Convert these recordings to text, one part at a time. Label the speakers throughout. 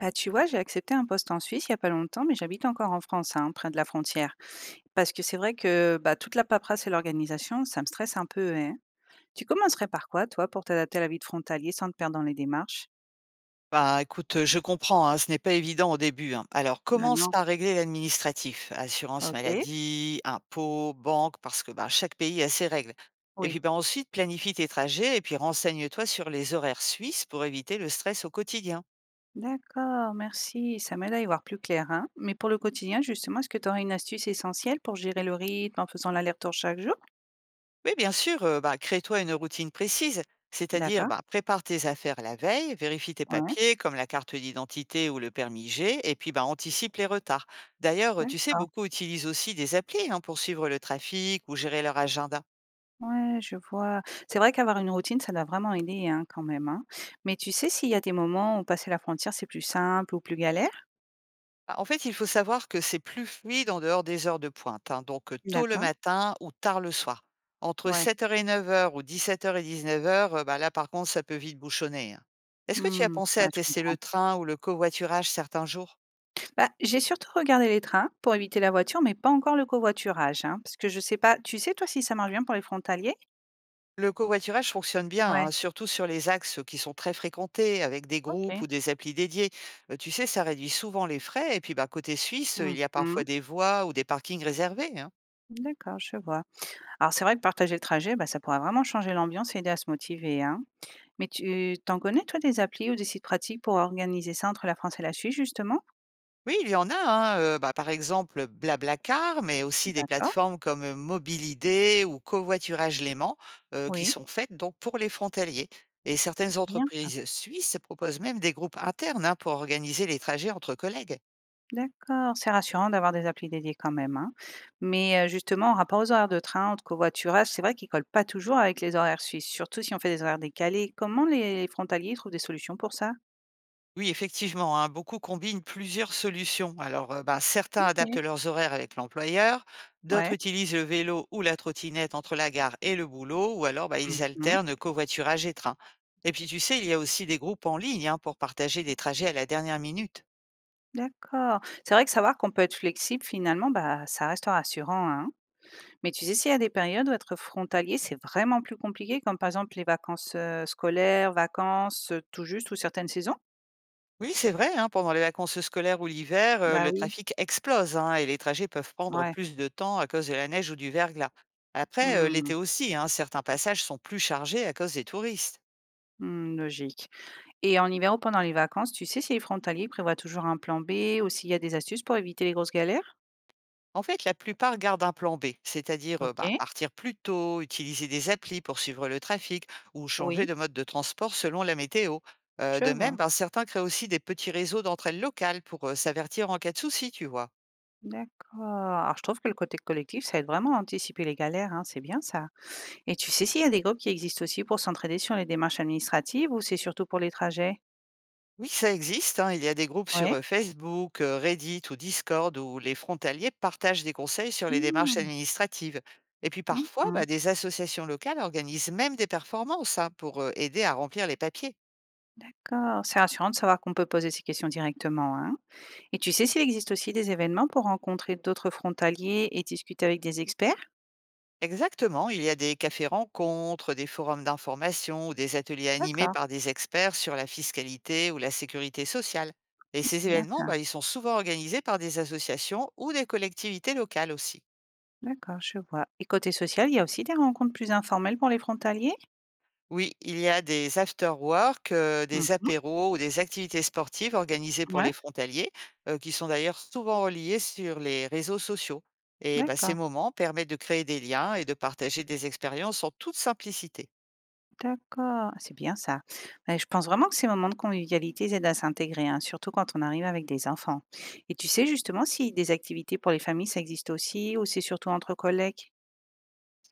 Speaker 1: Bah, tu vois, j'ai accepté un poste en Suisse il y a pas longtemps, mais j'habite encore en France, hein, près de la frontière. Parce que c'est vrai que bah, toute la paperasse et l'organisation, ça me stresse un peu, hein. Tu commencerais par quoi, toi, pour t'adapter à la vie de frontalier sans te perdre dans les démarches?
Speaker 2: Bah, écoute, je comprends, hein, ce n'est pas évident au début, hein. Alors
Speaker 1: Bah
Speaker 2: commence
Speaker 1: non.
Speaker 2: par régler l'administratif, assurance
Speaker 1: Ok.
Speaker 2: maladie, impôts, banque, parce que, bah, chaque pays a ses règles. Et puis,
Speaker 1: Oui.
Speaker 2: bah, ensuite planifie tes trajets et puis renseigne-toi sur les horaires suisses pour éviter le stress au quotidien.
Speaker 1: D'accord, merci. Ça m'aide à y voir plus clair, hein. Mais pour le quotidien, justement, est-ce que tu aurais une astuce essentielle pour gérer le rythme en faisant l'aller-retour chaque jour?
Speaker 2: Oui, bien sûr, bah, crée-toi une routine précise, c'est-à-dire,
Speaker 1: D'accord.
Speaker 2: bah, prépare tes affaires la veille, vérifie tes
Speaker 1: Ouais.
Speaker 2: papiers comme la carte d'identité ou le permis G et puis, bah, anticipe les retards. D'ailleurs, tu sais,
Speaker 1: D'accord.
Speaker 2: beaucoup utilisent aussi des applis, hein, pour suivre le trafic ou gérer leur agenda.
Speaker 1: Ouais, je vois. C'est vrai qu'avoir une routine, ça doit vraiment aider, hein, quand même, hein. Mais tu sais s'il y a des moments où passer la frontière, c'est plus simple ou plus galère?
Speaker 2: Bah, en fait, il faut savoir que c'est plus fluide en dehors des heures de pointe, hein, donc tôt le
Speaker 1: D'accord.
Speaker 2: matin ou tard le soir. Entre
Speaker 1: Ouais.
Speaker 2: sept heures et neuf heures ou dix-sept heures et 19:00, bah, là, par contre, ça peut vite bouchonner, hein. Est-ce que tu as
Speaker 1: Hmm,
Speaker 2: pensé à
Speaker 1: ouais, je
Speaker 2: tester le
Speaker 1: comprends.
Speaker 2: train ou le covoiturage certains jours?
Speaker 1: Bah, j'ai surtout regardé les trains pour éviter la voiture, mais pas encore le covoiturage, hein, parce que je sais pas. Tu sais, toi, si ça marche bien pour les frontaliers?
Speaker 2: Le covoiturage fonctionne bien,
Speaker 1: Ouais.
Speaker 2: hein, surtout sur les axes qui sont très fréquentés, avec des groupes ou
Speaker 1: Ok.
Speaker 2: des applis dédiés. Tu sais, ça réduit souvent les frais. Et puis, bah, côté suisse, il y a parfois
Speaker 1: Mhm.
Speaker 2: des voies ou des parkings réservés, hein.
Speaker 1: D'accord, je vois. Alors, c'est vrai que partager le trajet, bah, ça pourrait vraiment changer l'ambiance et aider à se motiver, hein. Mais tu t'en connais, toi, des applis ou des sites pratiques pour organiser ça entre la France et la Suisse, justement?
Speaker 2: Oui, il y en a, hein, bah, par exemple, Blablacar, mais aussi des
Speaker 1: D'accord,
Speaker 2: plateformes comme Mobilidé ou Covoiturage Léman, qui
Speaker 1: oui,
Speaker 2: sont faites donc pour les frontaliers. Et certaines
Speaker 1: c'est bien ça.
Speaker 2: entreprises suisses proposent même des groupes internes, hein, pour organiser les trajets entre collègues.
Speaker 1: D'accord, c'est rassurant d'avoir des applis dédiées quand même, hein. Mais, justement, en rapport aux horaires de train ou de covoiturage, c'est vrai qu'ils collent pas toujours avec les horaires suisses, surtout si on fait des horaires décalés. Comment les frontaliers trouvent des solutions pour ça?
Speaker 2: Oui, effectivement, hein, beaucoup combinent plusieurs solutions. Alors, ben, certains adaptent
Speaker 1: OK,
Speaker 2: leurs horaires avec l'employeur, d'autres
Speaker 1: ouais.
Speaker 2: utilisent le vélo ou la trottinette entre la gare et le boulot, ou alors ben, ils
Speaker 1: Mmh.
Speaker 2: alternent covoiturage et train. Et puis, tu sais, il y a aussi des groupes en ligne, hein, pour partager des trajets à la dernière minute.
Speaker 1: D'accord. C'est vrai que savoir qu'on peut être flexible finalement, bah, ça reste rassurant, hein. Mais tu sais s'il y a des périodes où être frontalier, c'est vraiment plus compliqué, comme par exemple les vacances, scolaires, vacances, tout juste ou certaines saisons?
Speaker 2: Oui, c'est vrai, hein, pendant les vacances scolaires ou l'hiver,
Speaker 1: Bah
Speaker 2: le
Speaker 1: oui,
Speaker 2: trafic explose, hein, et les trajets peuvent prendre
Speaker 1: ouais.
Speaker 2: plus de temps à cause de la neige ou du verglas. Après,
Speaker 1: Mmh.
Speaker 2: l'été aussi, hein, certains passages sont plus chargés à cause des touristes.
Speaker 1: Mmh, logique. Et en hiver ou pendant les vacances, tu sais si les frontaliers prévoient toujours un plan B ou s'il y a des astuces pour éviter les grosses galères?
Speaker 2: En fait, la plupart gardent un plan B, c'est-à-dire bah,
Speaker 1: OK,
Speaker 2: partir plus tôt, utiliser des applis pour suivre le trafic ou changer
Speaker 1: oui,
Speaker 2: de mode de transport selon la météo.
Speaker 1: je
Speaker 2: De même,
Speaker 1: vois.
Speaker 2: ben, certains créent aussi des petits réseaux d'entraide locales pour s'avertir en cas de souci, tu vois.
Speaker 1: D'accord. Alors je trouve que le côté collectif, ça aide vraiment à anticiper les galères, hein, c'est bien ça. Et tu sais s'il y a des groupes qui existent aussi pour s'entraider sur les démarches administratives ou c'est surtout pour les trajets?
Speaker 2: Oui, ça existe, hein. Il y a des groupes sur
Speaker 1: Ouais.
Speaker 2: Facebook, Reddit ou Discord où les frontaliers partagent des conseils sur les démarches
Speaker 1: Mmh.
Speaker 2: administratives. Et puis
Speaker 1: Mmh
Speaker 2: parfois,
Speaker 1: mh.
Speaker 2: bah, des associations locales organisent même des performances, hein, pour aider à remplir les papiers.
Speaker 1: D'accord, c'est rassurant de savoir qu'on peut poser ces questions directement, hein. Et tu sais s'il existe aussi des événements pour rencontrer d'autres frontaliers et discuter avec des experts?
Speaker 2: Exactement, il y a des cafés-rencontres, des forums d'information ou des ateliers animés
Speaker 1: D'accord.
Speaker 2: par des experts sur la fiscalité ou la sécurité sociale. Et
Speaker 1: Ah, c'est
Speaker 2: ces
Speaker 1: bien
Speaker 2: événements,
Speaker 1: ça.
Speaker 2: bah, ils sont souvent organisés par des associations ou des collectivités locales aussi.
Speaker 1: D'accord, je vois. Et côté social, il y a aussi des rencontres plus informelles pour les frontaliers?
Speaker 2: Oui, il y a des after-work, des
Speaker 1: Mmh.
Speaker 2: apéros ou des activités sportives organisées pour
Speaker 1: Ouais,
Speaker 2: les frontaliers, qui sont d'ailleurs souvent reliées sur les réseaux sociaux. Et bah, ces
Speaker 1: d'accord,
Speaker 2: moments permettent de créer des liens et de partager des expériences en toute simplicité.
Speaker 1: d'accord. C'est bien ça. Bah, je pense vraiment que ces moments de convivialité, ils aident à s'intégrer, hein, surtout quand on arrive avec des enfants. Et tu sais justement si des activités pour les familles, ça existe aussi ou c'est surtout entre collègues?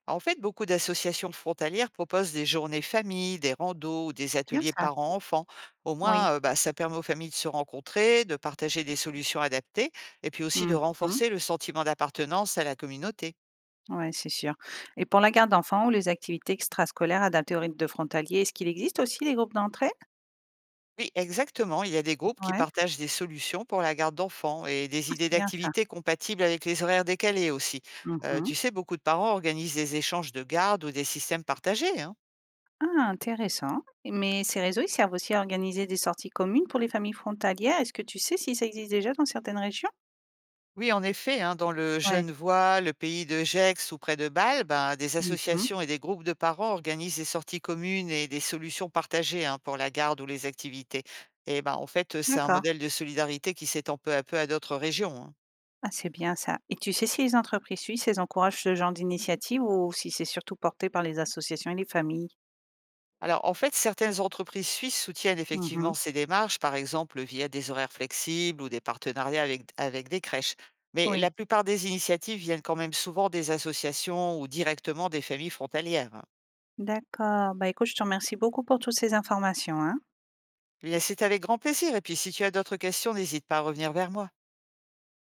Speaker 2: En fait, beaucoup d'associations frontalières proposent des journées famille, des randos ou des
Speaker 1: C'est bien
Speaker 2: ateliers
Speaker 1: ça.
Speaker 2: parents-enfants. Au moins,
Speaker 1: Oui.
Speaker 2: bah, ça permet aux familles de se rencontrer, de partager des solutions adaptées et puis aussi de
Speaker 1: Mmh.
Speaker 2: renforcer le sentiment d'appartenance à la communauté.
Speaker 1: Ouais, c'est sûr. Et pour la garde d'enfants ou les activités extrascolaires adaptées au rythme de frontaliers, est-ce qu'il existe aussi les groupes d'entrée?
Speaker 2: Oui, exactement. Il y a des groupes qui
Speaker 1: Ouais.
Speaker 2: partagent des solutions pour la garde d'enfants et des
Speaker 1: Ah,
Speaker 2: idées
Speaker 1: c'est bien ça.
Speaker 2: d'activités compatibles avec les horaires décalés aussi. Tu
Speaker 1: Mmh.
Speaker 2: sais, beaucoup de parents organisent des échanges de garde ou des systèmes partagés, hein.
Speaker 1: Ah intéressant, mais ces réseaux, ils servent aussi à organiser des sorties communes pour les familles frontalières. Est-ce que tu sais si ça existe déjà dans certaines régions?
Speaker 2: Oui, en effet, hein, dans le
Speaker 1: Ouais.
Speaker 2: Genevois, le pays de Gex ou près de Bâle, ben, des
Speaker 1: Mmh.
Speaker 2: associations et des groupes de parents organisent des sorties communes et des solutions partagées, hein, pour la garde ou les activités. Et ben, en fait, c'est un
Speaker 1: D'accord.
Speaker 2: modèle de solidarité qui s'étend peu à peu à d'autres régions, hein.
Speaker 1: Ah, c'est bien ça. Et tu sais si les entreprises suisses, elles encouragent ce genre d'initiative ou si c'est surtout porté par les associations et les familles?
Speaker 2: Alors, en fait, certaines entreprises suisses soutiennent
Speaker 1: Mmh
Speaker 2: effectivement
Speaker 1: mh.
Speaker 2: ces démarches, par exemple via des horaires flexibles ou des partenariats avec, des crèches. Mais
Speaker 1: Oui,
Speaker 2: la plupart des initiatives viennent quand même souvent des associations ou directement des familles frontalières, hein.
Speaker 1: d'accord. Bah, écoute, je te remercie beaucoup pour toutes ces informations, hein.
Speaker 2: Mais, c'est avec grand plaisir et puis si tu as d'autres questions, n'hésite pas à revenir vers moi.